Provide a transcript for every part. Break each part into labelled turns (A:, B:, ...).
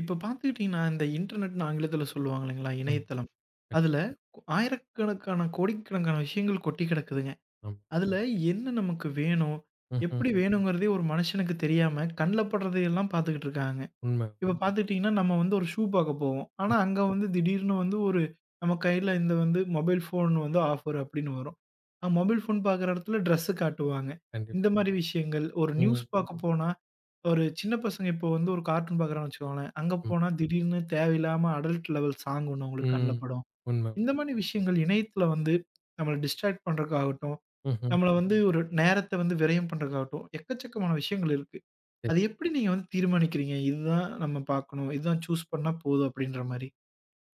A: இப்ப பார்த்துக்கிட்டீங்கன்னா, இந்த இன்டர்நெட்ன்னு ஆங்கிலத்தில சொல்லுவாங்க இல்லைங்களா?
B: ஆமா.
A: இணையதளம்.
B: கண்
A: அதில கு ஆயிரக்கணக்கான, கோடிக்கணக்கான விஷயங்கள் கொட்டி கிடக்குதுங்க.
B: ஆமா.
A: அதில என்ன நமக்கு வேணும்?
B: ம்ஹ்ம்.
A: எப்படி வேணுங்கிறதே ஒரு மனுஷனுக்கு தெரியாம, கண்ல படுறதையெல்லாம் பார்த்துக்கிட்டு இருக்காங்க.
B: உண்ம.
A: இப்ப பார்த்துக்கிட்டீங்கன்னா, நம்ம வந்து ஒரு ஷூ பார்க்க போவோம்.
B: ம்.
A: ஆனா, அங்க வந்து திடீர்னு வந்து ஒரு நம்ம கையில இந்த வந்து மொபைல் ஃபோன் வந்து ஆஃபர் அப்படின்னு வரும். மொபைல் ஃபோன் பார்க்குற இடத்துல ட்ரெஸ்ஸு காட்டுவாங்க.
B: கண்டிப்பா.
A: இந்த மாரி விஷயங்கள். ஒரு நியூஸ்
B: ம்.
A: பார்க்க போனா ஒரு சின்ன பசங்க இப்போ வந்து ஒரு கார்ட்டூன் பார்க்குறான்னு வச்சுக்கோங்களேன். அங்க
B: ம்.
A: போனா திடீர்னு தேவையில்லாம அடல்ட் லெவல் சாங் ஒண்ணு அவங்களுக்கு கண்ல
B: ம்.
A: படும்.
B: உண்ம.
A: இந்த மாரி விஷயங்கள் இணையத்தில வந்து நம்மள டிஸ்ட்ராக்ட் பண்றதுக்காகட்டும்,
B: ம்ஹ்ம்.
A: நம்மள வந்து ஒரு நேரத்த வந்து விரயம் பண்றதுக்காகட்டும், எக்கச்சக்கமான விஷயங்கள் இருக்கு.
B: சரி.
A: அது எப்படி நீங்க வந்து தீர்மானிக்கிறீங்க? இதுதான் நம்ம பார்க்கணும். இதுதான் சூஸ் பண்ணா போதும் அப்படின்ற மாரி.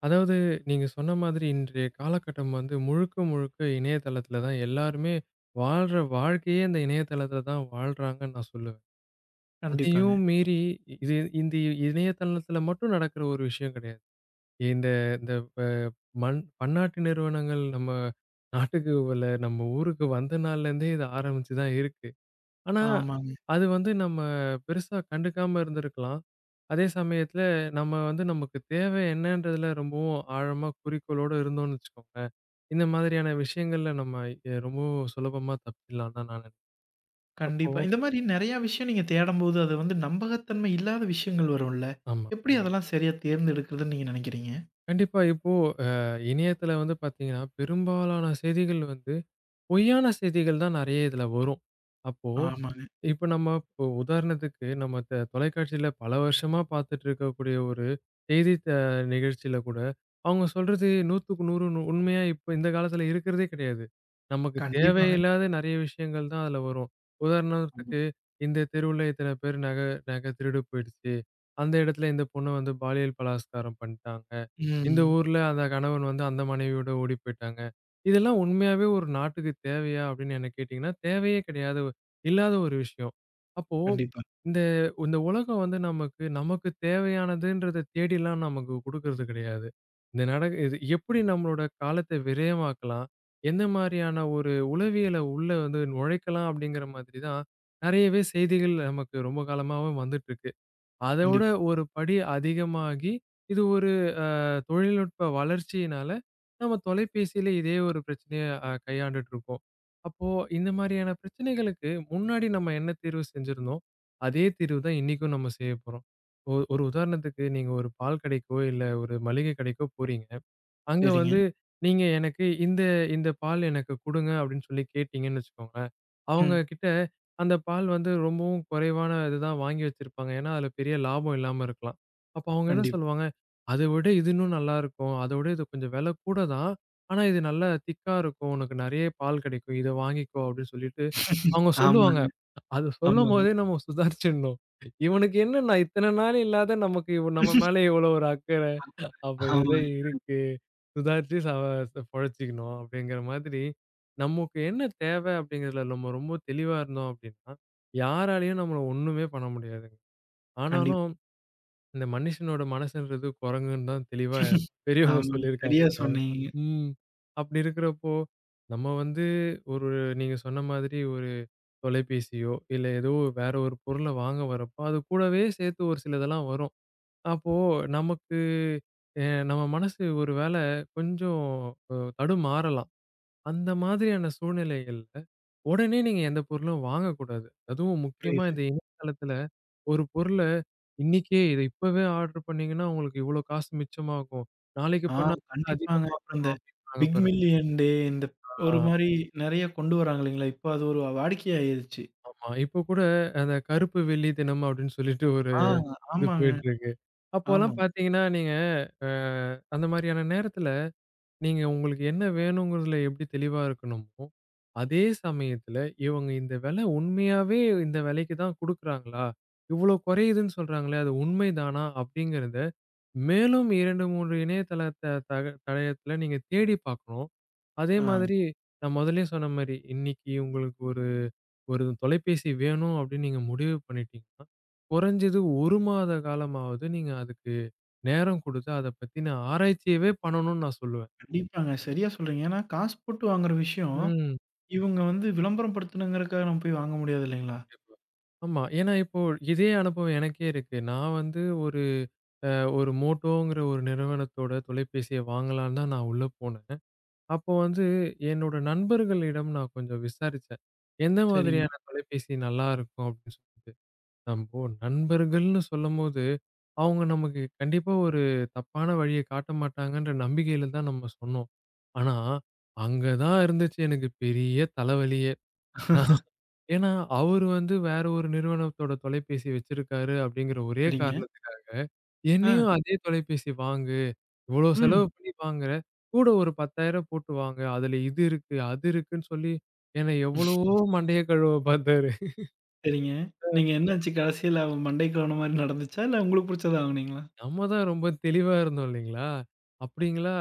B: அதாவது நீங்க சொன்ன மாதிரி இன்றைய காலகட்டம் வந்து முழுக்க முழுக்க இணையதளத்துல தான் எல்லாருமே வாழ்ற வாழ்க்கையே இந்த இணையதளத்துல தான் வாழ்றாங்கன்னு நான் சொல்லுவேன்.
A: கண்டிப்பாங்க.
B: அதையும் மீறி இது இந்த இணையதளத்துல மட்டும் நடக்கிற ஒரு விஷயம் கிடையாது. இந்த இந்த ப மண் பன்னாட்டு நிறுவனங்கள் நம்ம நாட்டுக்கு இல்ல நம்ம ஊருக்கு வந்த நாள்ல இருந்தே இது ஆரம்பிச்சு தான் இருக்கு. ஆனா,
A: ஆமாங்க.
B: அது வந்து நம்ம பெருசா கண்டுக்காம இருந்திருக்கலாம். அதே சமயத்துல நம்ம வந்து நமக்கு தேவை என்னன்றதுல ரொம்பவும் ஆழமா குறிக்கோளோட இருந்தோம்னு வச்சுக்கோங்களேன். இந்த மாதிரியான விஷயங்கள்ல நம்ம ரொம்பவும் சுலபமா தப்பிடலாம் தான் நான் நினைக்கிறேன். அப்போ
A: கண்டிப்பா. இந்த மாரி நெறையா விஷயம் நீங்க தேடும்போது, அது வந்து நம்பகத்தன்மை இல்லாத விஷயங்கள் வரும்ல.
B: ஆமா.
A: எப்படி ம். அதெல்லாம் சரியா தேர்ந்தெடுக்கிறதுன்னு நீங்க நினைக்கிறீங்க?
B: கண்டிப்பா இப்போ இணையத்துல வந்து பார்த்தீங்கன்னா, பெரும்பாலான செய்திகள் வந்து பொய்யான செய்திகள் தான் நெறைய இதுல வரும். அப்போ
A: ஆமாங்க.
B: இப்ப நம்ம இப்போ உதாரணத்துக்கு நம்ம தொலைக்காட்சியில பல வருஷமா பார்த்துட்டு இருக்கக்கூடிய ஒரு செய்தி நிகழ்ச்சியில கூட, அவங்க சொல்றது 100க்கு 100 நு உண்மையா இப்ப இந்த காலத்துல இருக்கிறதே கிடையாது. நமக்கு
A: கண்டிப்பாங்க.
B: தேவையில்லாத நெறைய விஷயங்கள் தான் அதுல வரும். உதாரணத்துக்கு, இந்த தெருவுல இத்தன பேர் நகை திருடு போயிடுச்சு. அந்த இடத்துல இந்த பொண்ணு வந்து பாலியல் பலாத்காரம் பண்ணிட்டாங்க. இந்த
A: ம்.
B: ஊர்ல அந்த கணவன் வந்து அந்த மனைவியோட ஓடி போயிட்டாங்க. இதெல்லாம் உண்மையாவே ஒரு நாட்டுக்கு தேவையா? அப்படின்னு என்ன கேட்டீங்கன்னா, தேவையே கிடையாது. இல்லாத ஒரு விஷயம். அப்போ
A: கண்டிப்பா,
B: இந்த இந்த உலகம் வந்து நமக்கு, நமக்கு தேவையானதுன்றத தேடிலாம் நமக்கு குடுக்கறது கிடையாது. இந்த நட இது எப்படி நம்மளோட காலத்த விரயமாக்கலாம்? எந்த மாரியான ஒரு உளவியல உள்ள வந்து நுழைக்கலாம்? அப்படிங்கிற மாதிரி தான் நெறையவே செய்திகள் நமக்கு ரொம்ப காலமாவே வந்துட்டுருக்கு. அதோட
A: கண்டிப்பா.
B: ஒரு படி அதிகமாகி, இது ஒரு தொழில்நுட்ப வளர்ச்சியினால நம்ம தொலைபேசியில இதே ஒரு பிரச்சனைய கையாண்டுட்டு இருக்கோம். அப்போ இந்த மாதிரியான பிரச்சனைகளுக்கு முன்னாடி நம்ம என்ன தீர்வு செஞ்சிருந்தோம், அதே தீர்வு தான் இன்னைக்கும் நம்ம செய்யப்போறோம். ஒரு உதாரணத்துக்கு நீங்க ஒரு பால் கடைக்கோ, இல்ல ஒரு மளிகை கடைக்கோ போறீங்க. அங்க
A: சரிங்க.
B: வந்து, நீங்க எனக்கு இந்த இந்த பால் எனக்கு குடுங்க அப்படின்னு சொல்லி கேட்டீங்கன்னு வச்சுக்கோங்களேன். அவங்க
A: ம்.
B: கிட்ட அந்த பால் வந்து ரொம்பவும் குறைவான இதுதான் வாங்கி வச்சிருப்பாங்க. ஏன்னா, அதுல பெரிய லாபம் இல்லாம இருக்கலாம். அப்ப அவங்க என்ன
A: கண்டிப்பா.
B: சொல்லுவாங்க, "அத விட இது இன்னும் நல்லா இருக்கும். அத விட இது கொஞ்சம் விலை கூட தான். ஆனா இது நல்லா திக்கா இருக்கும். உனக்கு நிறைய பால் கிடைக்கும். இத வாங்கிக்கோ" அப்படின்னு சொல்லிட்டு அவங்க சொல்லுவாங்க.
A: ஆமாங்க,
B: அத
A: ஆமாங்க.
B: சொல்லும்போதே நம்ம சுதாரிச்சுடணும். இவனுக்கு என்ன நான் இத்தன நாள் இல்லாத நமக்கு இவ நம்ம மேல இவ்வளோ ஒரு அக்கறை. அப்ப எதோ
A: ஆமாங்க.
B: இருக்கு. சுதாரிச்சு ச ச பொழச்சுக்கணும் அப்படிங்கிற மாதிரி, நமக்கு என்ன தேவை அப்படிங்கிறதுல நம்ம ரொம்ப தெளிவா இருந்தோம் அப்படின்னா, யாராலயும் நம்மள ஒண்ணுமே பண்ண முடியாதுங்க.
A: கண்டிப்பா.
B: ஆனாலும் இந்த மனுஷனோட மனசுன்றது குரங்குன்னு தான் தெளிவா பெரியவங்க
A: ஆமாங்க. சரியா
B: சொல்லியிருக்காங்கங்க.
A: சொன்னீங்க.
B: ம். அப்படி இருக்கிறப்போ, நம்ம வந்து ஒரு நீங்க சொன்ன மாதிரி ஒரு தொலைபேசியோ, இல்ல ஏதோ வேற ஒரு பொருள வாங்க வரப்போ, அது கூடவே சேர்த்து ஒரு சிலதெல்லாம் வரும். அப்போ நமக்கு அ நம்ம மனசு ஒரு வேள கொஞ்சம் தடுமாறலாம். அந்த மாதிரியான சூழ்நிலைகள்ல, உடனே நீங்க எந்த பொருளும் வாங்கக்கூடாது. அதுவும் முக்கியமா
A: புரியுது.
B: இந்த இணையதளத்துல ஒரு பொருள இன்னைக்கே இத இப்பவே ஆர்டர் பண்ணீங்கன்னா, உங்களுக்கு இவ்ளோ காசு மிச்சமாகும். நாளைக்கு
A: ஆ.
B: பண்ணா
A: கண்டிப்பாங்க. அப்புறம்
B: அதிகமாகும்
A: இந்த
B: அப்படின்றாங்க
A: பிக்
B: பாருங்க.
A: மில்லியன் டே இந்த
B: ஆ
A: ஒரு மாரி நெறைய கொண்டு வராங்க இல்லைங்களா? இப்போ அது ஒரு வாடிக்கையாயிருச்சு.
B: ஆமா. இப்போ கூட அந்த கருப்பு வெள்ளி தினம் அப்படின்னு சொல்லிட்டு ஒரு
A: ஆ.
B: இது
A: ஆமாங்க.
B: போயிட்டு இருக்கு.
A: ஆமா.
B: அப்போலாம் பார்த்தீங்கன்னா, நீங்க அ அந்த மாரியான நேரத்துல நீங்க உங்களுக்கு என்ன வேணுங்கிறதுல எப்படி தெளிவா இருக்கணுமோ, அதே சமயத்துல இவங்க இந்த விலை உண்மையாவே இந்த விலைக்கு தான் குடுக்குறாங்களா? இவ்ளோ குறையுதுன்னு சொல்றாங்களே, அது உண்மைதானா? அப்படிங்கிறத மேலும் 2, 3 இணையதளத்த தடயத்துல நீங்க தேடி பார்க்கணும். அதே
A: ஆ.
B: மாதிரி நான் முதல்லயே சொன்ன மாரி, இன்னைக்கு உங்களுக்கு ஒரு ஒரு தொலைபேசி வேணும் அப்படின்னு நீங்க முடிவு பண்ணிட்டீங்கன்னா, குறைஞ்சது 1 மாத காலமாவது நீங்க அதுக்கு நேரம் குடுத்து, அத பத்தின ஆராய்ச்சியவே பண்ணணும்னு நான் சொல்லுவேன்.
A: கண்டிப்பாங்க. சரியா சொல்றீங்க. ஏன்னா காசு போட்டு வாங்குற விஷயம்,
B: ம்.
A: இவங்க வந்து விளம்பரம் படுத்தணுங்கிறதுக்காக நம்ம போய் வாங்க முடியாது இல்லைங்களா?
B: கண்டிப்பா. ஆமா. ஏன்னா இப்போ இதே அனுபவம் எனக்கே இருக்கு. நான் வந்து ஒரு அ ஒரு மோட்டோங்கிற ஒரு நிறுவனத்தோட தொலைபேசிய வாங்கலான்னு தான் நான் உள்ள போனேன். அப்போ வந்து என்னோட நண்பர்களிடம் நான் கொஞ்சம் விசாரிச்சேன். எந்த
A: சரிங்க.
B: மாதிரியான தொலைபேசி நல்லாருக்கும் அப்படின்னு சொல்லிட்டு. நம்போ நண்பர்கள்னு சொல்லும்போது, அவங்க நமக்கு கண்டிப்பா ஒரு தப்பான வழிய காட்ட மாட்டாங்கன்ற நம்பிக்கையில தான் நம்ம சொன்னோம். ஆனா, அங்க தான் இருந்துச்சு எனக்கு பெரிய தலைவலியே. ஏன்னா, அவரு வந்து வேற ஒரு நிறுவனத்தோட தொலைபேசி வச்சிருக்காரு அப்படிங்கிற ஒரே
A: சரிங்க.
B: காரணத்துக்காக,
A: ஆ.
B: என்னையும் அதே தொலைபேசி வாங்கு. இவ்ளோ
A: ம்.
B: செலவு பண்ணி வாங்குற. கூட ஒரு 10,000 போட்டு வாங்க. அதுல இது இருக்கு, அது இருக்குன்னு சொல்லி, என்ன எவ்வளவோ மண்டைய கழுவ பார்த்தாரு.
A: சரிங்க. நீங்க என்னாச்சு கடைசியில அவன் மண்டைக்கு ஆவுன மாரி நடந்துச்சா? இல்ல உங்களுக்கு புடிச்சத ஆவுனீங்களா?
B: நம்ம தான் ரொம்ப தெளிவா இருந்தோம் இல்லைங்களா? அப்டிங்களா?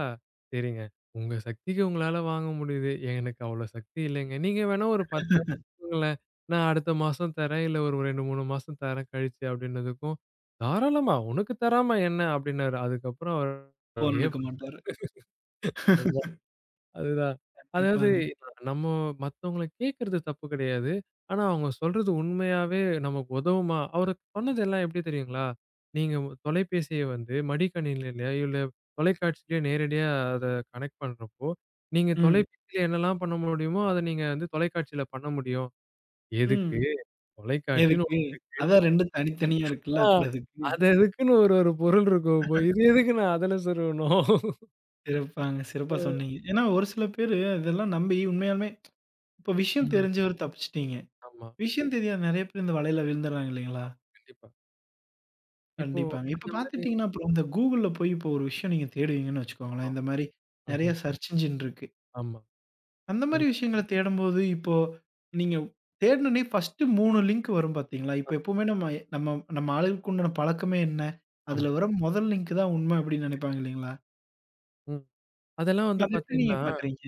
B: சரிங்க. உங்க சக்திக்கு உங்களால வாங்க முடியுது. எனக்கு அவ்வளோ சக்தி இல்லைங்க. நீங்க வேணா ஒரு 10,000 குடுங்களேன். நான் அடுத்த மாசம் தரேன். இல்ல ஒரு 2, 3 மாசம் தரேன் கழிச்சு அப்டின்னதுக்கும், தாராளமா உனக்கு தராம என்ன அப்டின்னாரு. அதுக்கப்புறம் அவரு
A: ஃபோன் எடுக்க மாட்டாரு.
B: அதுதான். அதாவது
A: கண்டிப்பாங்க.
B: ம். நம்ம மத்தவங்கள கேட்கறது தப்பு கிடையாது. ஆனா அவங்க சொல்றது உண்மையாவே நமக்கு உதவுமா? அவரு சொன்னதெல்லாம் எப்படி தெரியுங்களா? நீங்க தொலைபேசிய வந்து மடிக்கணினிலயோ இல்ல தொலைக்காட்சியிலயோ நேரடியா அத கனெக்ட் பண்றப்போ, நீங்க
A: ம்,
B: தொலைபேசியில என்னலாம் பண்ண முடியுமோ, அத நீங்க வந்து தொலைக்காட்சியில பண்ண முடியும். எதுக்கு?
A: ம்.
B: தொலைக்காட்சின்னு
A: எதுக்கு?
B: ஒண்ணு இருக்கு.
A: அதான் 2 தனித்தனியா இருக்குல்ல.
B: ஆ
A: அப்புறம் எதுக்கு?
B: அது அதுக்குன்னு ஒரு ஒரு பொருள் இருக்கும். இப்போ இது எதுக்கு நான் அதுல சொருகணும்?
A: சிறப்பாங்க. சிறப்பா சொன்னீங்க. ஏன்னா ஒரு சில பேரு இதெல்லாம் நம்பி உண்மையாலுமே இப்ப விஷயம்
B: ம்.
A: தெரிஞ்சவரு தப்பிச்சுட்டீங்க.
B: ஆமா.
A: விஷயம் தெரியாத நெறைய பேர் இந்த வலையில விழுந்துடுறாங்க இல்லைங்களா?
B: கண்டிப்பா. இப்போ
A: கண்டிப்பாங்க. இப்ப
B: அந்த மாரி
A: பாத்துட்டீங்கன்னா, அப்புறம் இந்த Googleல போய் இப்போ ஒரு விஷயம் நீங்க தேடுவீங்கன்னு வச்சுக்கோங்களேன்.
B: ஆமா.
A: இந்த மாரி நெறைய
B: ம்ஹ்ம்.
A: சர்ச் இன்ஜின் இருக்கு.
B: ஆமா.
A: அந்த மாரி
B: கண்டிப்பா.
A: விஷயங்கள தேடும்போது, இப்போ நீங்க தேடுனோனே ஃபர்ஸ்ட்டு 3 லிங்க் வரும் பார்த்தீங்களா? இப்ப எப்பவுமே நம்ம நம்ம நம்ம ஆளுகளுக்கு உண்டான பழக்கமே என்ன?
B: ஆமா.
A: அதுல வர முதல் லிங்க் தான் உண்மை அப்படின்னு நினைப்பாங்க இல்லைங்களா?
B: ம். அதெல்லாம் வந்து
A: அத எப்படி நீங்க
B: பார்த்தீங்களா,
A: பார்க்குறீங்க?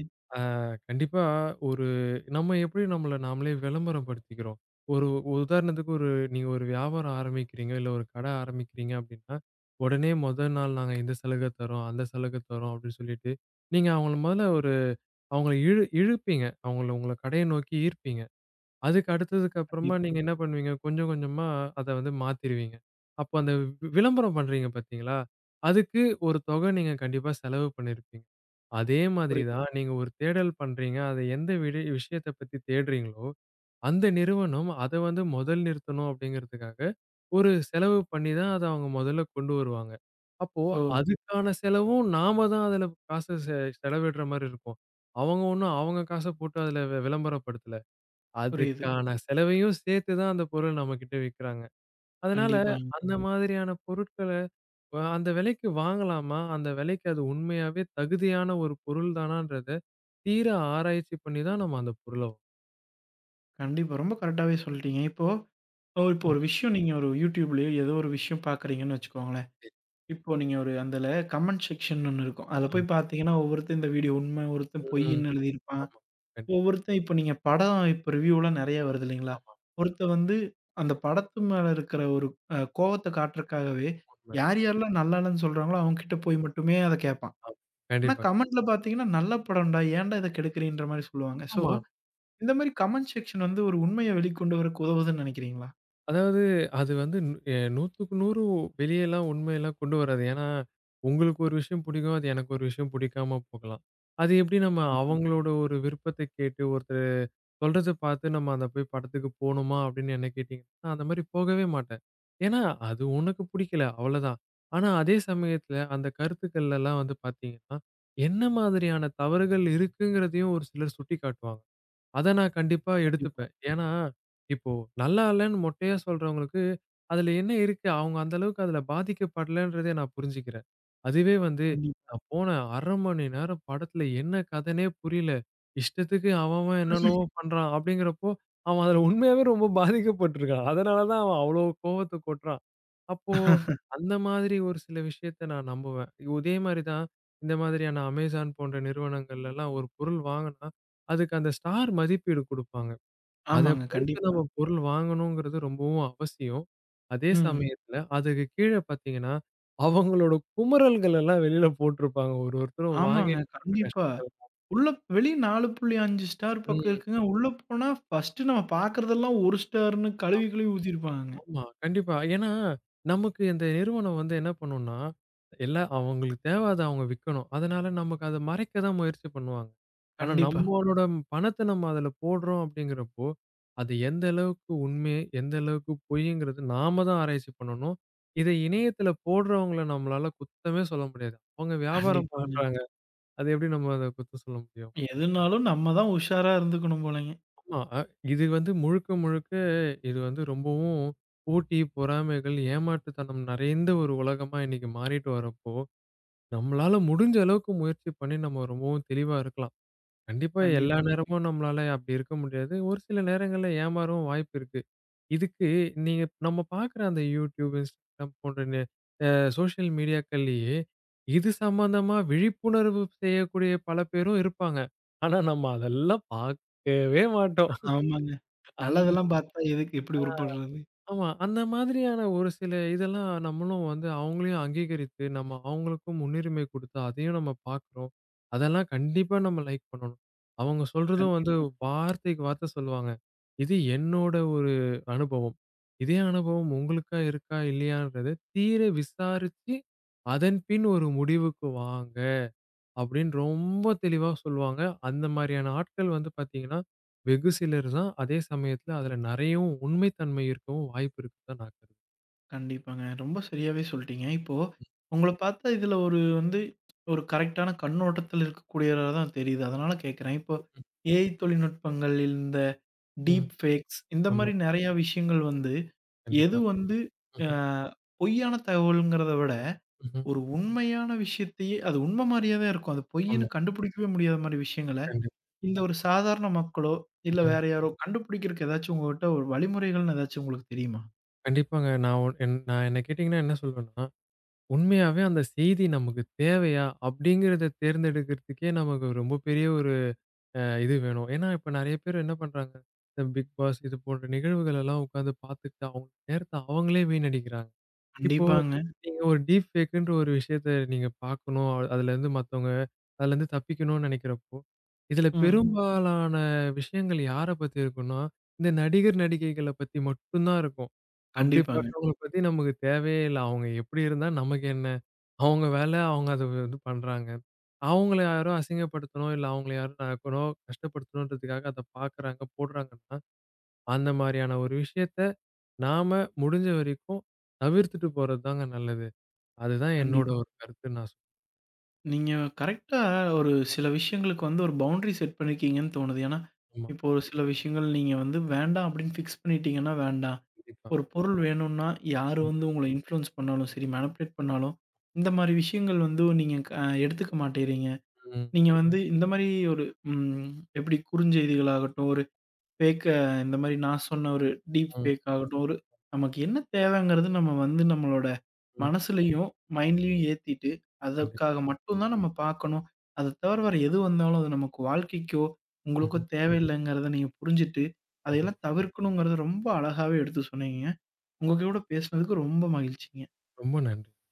B: கண்டிப்பா ஒரு நம்ம எப்படி நம்மள நாமளே விளம்பரம் படுத்திக்கிறோம். ஒரு உதாரணத்துக்கு நீங்க ஒரு வியாபாரம் ஆரம்பிக்கிறீங்க, இல்ல ஒரு கடை ஆரம்பிக்கிறீங்க அப்படின்னா, உடனே முதல் நாள் நாங்க இந்த சலுகை தர்றோம், அந்த சலுகை தர்றோம் அப்படின்னு சொல்லிட்டு, நீங்க அவங்கள முதல்ல ஒரு அவங்கள இழுப்பீங்க. அவங்கள உங்கள கடைய நோக்கி ஈர்ப்பீங்க. அதுக்கு அடுத்ததுக்கு அப்புறமா
A: கண்டிப்பா.
B: நீங்க என்ன பண்ணுவீங்க? கொஞ்சம் கொஞ்சமா அத வந்து மாத்திருவீங்க. அப்போ அந்த விளம்பரம் பண்றீங்க பார்த்தீங்களா? அதுக்கு ஒரு தொகை நீங்க கண்டிப்பா செலவு பண்ணியிருப்பீங்க. அதே
A: புரி
B: மாதிரி தான் நீங்க ஒரு தேடல் பண்றீங்க. அத எந்த விஷயத்த பத்தி தேடுறீங்களோ, அந்த நிறுவனம் அத வந்து முதல் நிறுத்தணும் அப்படிங்கிறதுக்காக, ஒரு செலவு பண்ணி தான் அத அவங்க முதல்ல கொண்டு வருவாங்க. அப்போ
A: ஓ!
B: அதுக்கான செலவும் நாம தான் அதுல காசு செலவிடுற மாரி இருக்கும். அவங்க ஒண்ணும் அவங்க காச போட்டு அதுல விளம்பரப்படுத்தல.
A: புரியுது.
B: அதுக்கான செலவையும் சேர்த்து தான் அந்த பொருள் நம்மகிட்ட விக்கிறாங்க. அதனால
A: கண்டிப்பாங்க.
B: அந்த மாதிரியான பொருட்கள அந்த விலைக்கு வாங்கலாமா? அந்த விலைக்கு அது உண்மையாவே தகுதியான ஒரு பொருள் தானான்றத தீர ஆராய்ச்சி பண்ணி தான் நம்ம அந்த பொருள
A: கண்டிப்பா. ரொம்ப கரெக்டாவே சொல்ட்டீங்க. இப்போ ஓ, இப்போ
B: ம்.
A: ஒரு விஷயம் நீங்க ஒரு YouTubeலயோ ஏதோ ஒரு விஷயம் பார்க்குறீங்கன்னு வச்சுக்கோங்களேன். இப்போ நீங்க ஒரு அதுல கமெண்ட் செக்ஷன் ஒண்ணு இருக்கும். அதுல போய்
B: ஆமா.
A: பார்த்தீங்கன்னா, ஒவ்வொருத்தன் இந்த வீடியோ உண்மை, ஒருத்தன்
B: ம்.
A: பொய்ன்னு எழுதியிருப்பான்.
B: ஆமா. கண்டிப்பா.
A: ஒவ்வொருத்தன் இப்ப நீங்க படம் இப்ப ரிவ்யூலாம் நெறைய வருது இல்லைங்களா?
B: ஆமா.
A: ஒருத்தன் வந்து அந்த படத்து மேல இருக்கிற ஒரு கோவத்த காட்டுறக்காகவே,
B: உண்ம.
A: யார் யாரெல்லாம் நல்லா இல்லன்னு சொல்றாங்களோ, அவங்க கிட்ட போய் மட்டுமே அத கேட்பான்.
B: ஆமா.
A: ஆனா
B: கண்டிப்பா.
A: கமெண்ட்ல பார்த்தீங்கன்னா, "நல்ல படம்டா, ஏன்டா இத கெடுக்குறீன்ற" மாரி சொல்லுவாங்க. சோ,
B: ஆமாமா.
A: இந்த மாரி கமெண்ட் செக்ஷன் வந்து ஒரு உண்மைய வெளிக்கொண்டு வரக்கு உதவுதுன்னு நெனைக்கிறீங்களா?
B: அதாவது அது வந்து நு எ 100க்கு 100 வெளியலாம் உண்மையெல்லாம் கொண்டு வராது. ஏன்னா, உங்களுக்கு ஒரு விஷயம் பிடிக்கும். அது எனக்கு ஒரு விஷயம் பிடிக்காம போகலாம். அது எப்படி நம்ம
A: ஆமா.
B: அவங்களோட ஒரு விருப்பத்த கேட்டு, ஒருத்தர் சொல்றத பார்த்து நம்ம அந்த போய் படத்துக்கு போணுமா அப்படின்னு என்ன கேட்டீங்கன்னா, நான் அந்த மாரி போகவே மாட்டேன். ஏன்னா, அது உனக்கு பிடிக்கல அவ்வளோதான். ஆனா, அதே சமயத்துல அந்த கருத்துக்கள்லலாம் வந்து பார்த்தீங்கன்னா, என்ன மாதிரியான தவறுகள் இருக்குங்கிறதையும் ஒரு சிலர் சுட்டிக்காட்டுவாங்க. அத நான் கண்டிப்பா
A: கண்டிப்பா,
B: எடுத்துப்பேன். ஏன்னா, இப்போ நல்லா இல்லன்னு மொட்டையா சொல்றவங்களுக்கு, அதுல என்ன இருக்கு? அவங்க அந்த அளவுக்கு அதுல பாதிக்கப்படலன்றத நான் புரிஞ்சுக்கிறேன். அதுவே வந்து,
A: கண்டிப்பா.
B: நான் போன 1/2 மணி நேரம் படத்துல என்ன கதைன்னே புரியல. இஷ்டத்துக்கு அவன் அவன் என்னென்னவோ பண்றான் அப்படிங்கிறப்போ, அவன் அதுல உண்மையாவே ரொம்ப பாதிக்கப்பட்டுருக்கான். அதனால தான் அவன் அவ்வளோ கோவத்த கொட்டுறான். அப்போ அந்த மாதிரி ஒரு சில விஷயத்த நான் நம்புவேன். இதே மாரி தான் இந்த மாதிரியான Amazon போன்ற நிறுவனங்கள்லலாம் ஒரு பொருள் வாங்குனா அதுக்கு அந்த ஸ்டார் மதிப்பீடு குடுப்பாங்க. அத
A: ஆமாங்க.
B: பொறுத்து
A: கண்டிப்பா.
B: நம்ம பொருள் வாங்கணுங்கிறது ரொம்பவும் அவசியம். அதே
A: ம்.
B: சமயத்துல அதுக்கு கீழ பார்த்தீங்கன்னா, அவங்களோட குமறல்கள் எல்லாம் வெளில போட்டிருப்பாங்க. ஒருத்தரும்
A: ஆமாங்க.
B: வாங்கிட்டு பட்ட
A: கண்டிப்பா.
B: கஷ்டங்கள்.
A: உள்ள வெளிய 4.5 ஸ்டார் பக்கம்
B: ம்.
A: இருக்குங்க. உள்ள போனா ஃபர்ஸ்ட்டு நம்ம பார்க்குறதெல்லாம் 1 ஸ்டார்ன்னு கழுவி
B: ஆமா.
A: கழுவி ஊத்திருப்பாங்கங்க.
B: ஆமா, கண்டிப்பா. ஏன்னா, நமக்கு இந்த நிறுவனம் வந்து என்ன பண்ணும்னா, அவங்களுக்கு அத அவங்க விக்கணும். அதனால நமக்கு அத மறைக்க தான் முயற்சி பண்ணுவாங்க. ஆனா
A: கண்டிப்பா,
B: நம்மளோட பணத்த நம்ம அதுல போடுறோம் அப்படிங்கிறப்போ, அது எந்த அளவுக்கு உண்மை, எந்த அளவுக்கு பொய்ங்கிறது நாம தான் ஆராய்ச்சி பண்ணணும். இத இணையத்துல போடுறவங்கள நம்மளால குத்தமே சொல்ல முடியாது. அவங்க வியாபாரம்
A: கண்டிப்பாங்க.
B: பண்றாங்க. அது எப்படி நம்ம அத குத்தம் சொல்ல முடியும்?
A: எதுனாலும் நம்ம தான் உஷாரா இருந்துக்கணும் போலங்க.
B: ஆமா. இது வந்து முழுக்க, முழுக்க இது வந்து ரொம்பவும் போட்டி, பொறாமைகள், ஏமாற்றுத்தனம் நிறைந்த ஒரு உலகமா இன்னைக்கு மாறிட்டு வரப்போ, நம்மளால முடிஞ்ச அளவுக்கு முயற்சி பண்ணி நம்ம ரொம்பவும் தெளிவா இருக்கலாம்.
A: கண்டிப்பா.
B: கண்டிப்பா. நேரமும் நம்மளால அப்படி இருக்க முடியாது. ஒரு சில நேரங்கள்ல ஏமாறவும் வாய்ப்பு இருக்கு. இதுக்கு நீங்க நம்ம பார்க்குற அந்த YouTube, Instagram போன்ற நெ அ சோசியல் மீடியாக்கள்லயே, இது சம்பந்தமா விழிப்புணர்வு செய்யக்கூடிய பல பேரும் இருப்பாங்க. ஆனா நம்ம அதெல்லாம் பார்க்கவே மாட்டோம்.
A: ஆமாங்க.
B: அந்
A: நல்லதெல்லாம் பார்த்தா எதுக்கு எப்படி உருப்படுறது?
B: ஆமா. அந்த மாதிரியான ஒரு சில இதெல்லாம் நம்மளும் வந்து அவங்களையும் அங்கீகரித்து, நம்ம அவங்களுக்கும் முன்னுரிமை குடுத்து, அதையும் நம்ம பார்க்குறோம். அதெல்லாம் கண்டிப்பா நம்ம லைக் பண்ணணும். அவங்க சொல்றதும் வந்து
A: கண்டிப்பா,
B: வார்த்தைக்கு வார்த்தை சொல்லுவாங்க. இது என்னோட ஒரு அனுபவம். இதே அனுபவம் உங்களுக்கா இருக்கா? இல்லையான்றத தீர விசாரிச்சு, அதன் பின் ஒரு முடிவுக்கு வாங்க. அப்படின்னு ரொம்ப தெளிவா சொல்லுவாங்க. அந்த மாரியான ஆட்கள் வந்து பார்த்தீங்கன்னா, வெகு சிலர் தான். அதே சமயத்துல அதுல நெறையவும் உண்மை தன்மை இருக்கவும் வாய்ப்பு இருக்குன்னு தான் நான் கருதுறேன்.
A: கண்டிப்பாங்க. ரொம்ப சரியாவே சொல்ட்டீங்க. இப்போ உங்கள பார்த்தா இதுல ஒரு வந்து ஒரு கரெக்ட்டான கண்ணோட்டத்துல இருக்கக்கூடியவரா தான் தெரியுது. அதனால கேட்கிறேன். இப்போ ஏஐ தொழில்நுட்பங்கள், இந்த
B: ம்.
A: டீப் ஃபேக்ஸ் இந்த
B: ஆமா.
A: மாரி நெறைய விஷயங்கள் வந்து எது
B: கண்டிப்பா.
A: வந்து அ
B: ம்ஹ்ம்.
A: பொய்யான தகவல்ங்கிறத விட
B: ம்ஹ்ம்.
A: ஒரு உண்மையான விஷயத்தையே அது உண்மை மாரியே தான் இருக்கும். அது பொய்ன்னு
B: ஆமா.
A: கண்டுபிடிக்கவே முடியாத மாரி விஷயங்கள,
B: கண்டிப்பா.
A: இந்த ஒரு சாதாரண மக்களோ, இல்ல
B: ம்.
A: வேற யாரோ கண்டுபிடிக்கிறக்கு ஏதாச்சும் உங்ககிட்ட ஒரு வழிமுறைகள்னு ஏதாச்சும் உங்களுக்கு தெரியுமா?
B: கண்டிப்பாங்க. நான் என்ன கேட்டீங்கன்னா என்ன சொல்வேன்னா, உண்மையாவே அந்த செய்தி நமக்கு தேவையா? அப்படிங்கிறத தேர்ந்தெடுக்கிறதுக்கே நமக்கு ரொம்ப பெரிய ஒரு இது வேணும். ஏன்னா, இப்ப நெறைய பேர் என்ன பண்றாங்க? இந்த பிக் பாஸ் இது போன்ற நிகழ்வுகள் எல்லாம் உட்கார்ந்து பார்த்துட்டு, அவங்க நேரத்த அவங்களே வீணடிக்கிறாங்க. இப்போ
A: கண்டிப்பாங்க.
B: நீங்க ஒரு டீப் ஃபேக்குன்ற ஒரு விஷயத்த நீங்க பார்க்கணும். அதுலருந்து மத்தவங்க அதுலருந்து தப்பிக்கணும்னு நெனைக்கிறப்போ, இதுல
A: ம்.
B: பெரும்பாலான விஷயங்கள் யார பத்தி இருக்கும்னா, இந்த நடிகர், நடிகைகள பத்தி மட்டும் தான் இருக்கும்.
A: கண்டிப்பாங்க.
B: அப்படிப்பட்டவங்கள பத்தி நமக்கு தேவையே இல்ல. அவங்க எப்படி இருந்தா நமக்கு என்ன? அவங்க வேல அவங்க அத இது பண்றாங்க. அவங்கள யாரும் அசிங்கப்படுத்தணும், இல்ல அவங்கள யாரும் நக்கணும் கஷ்டப்படுத்தணுன்றதுக்காக அத பார்க்குறாங்க, போடுறாங்கன்னா, அந்த மாரியான ஒரு விஷயத்த நாம முடிஞ்ச வரைக்கும் தவிர்த்துட்டு போறது தாங்க நல்லது. அதுதான் என்னோட ம்.
A: கண்டிப்பா.
B: ஒரு கருத்துன்னு நான் சொல்வேன்.
A: நீங்க கரெக்ட்டா ஒரு சில விஷயங்களுக்கு வந்து ஒரு பவுண்டரி செட் பண்ணியிருக்கீங்கன்னு தோணுது. ஏன்னா,
B: ஆமா,
A: இப்போ ஒரு சில விஷயங்கள் நீங்க வந்து வேண்டாம் அப்படின்னு ஃபிக்ஸ் பண்ணிட்டீங்கன்னா வேண்டாம்.
B: கண்டிப்பா.
A: ஒரு பொருள் வேணும்னா யாரு
B: ம்,
A: வந்து உங்கள இன்ஃப்ளூயன்ஸ் பண்ணாலும் சரி, மேனிபுலேட் பண்ணாலும், இந்த மாரி விஷயங்கள் வந்து நீங்க எடுத்துக்க மாட்டேங்கிறீங்க.
B: ம்,
A: நீங்க வந்து இந்த மாரி ஒரு ம் எப்படி குறுஞ்செய்திகளாகட்டும், ஒரு ஃபேக்க இந்த மாரி நான் சொன்ன ஒரு டீப்
B: ம்,
A: ஃபேக் ஆகட்டும், ஒரு நமக்கு என்ன தேவைங்கிறது நம்ம வந்து நம்மளோட
B: ம்.
A: மனசுலயும், மைண்ட்லயும் ஏத்திட்டு,
B: கண்டிப்பா.
A: அதற்காக மட்டும் தான் நம்ம பார்க்கணும். அத தவிர வேற எது வந்தாலும் அது நமக்கு வாழ்க்கைக்கோ, உங்களுக்கோ
B: ம்ஹ்ம்,
A: தேவையில்லைங்கிறத நீங்க புரிஞ்சுட்டு,
B: ம்ஹ்ம்.
A: அதையெல்லாம் தவிர்க்கணுங்கிறத ரொம்ப அழகாவே எடுத்து சொன்னீங்கங்க. உங்க கூட பேசினதுக்கு ரொம்ப மகிழ்ச்சிங்க.
B: ரொம்ப நன்றி.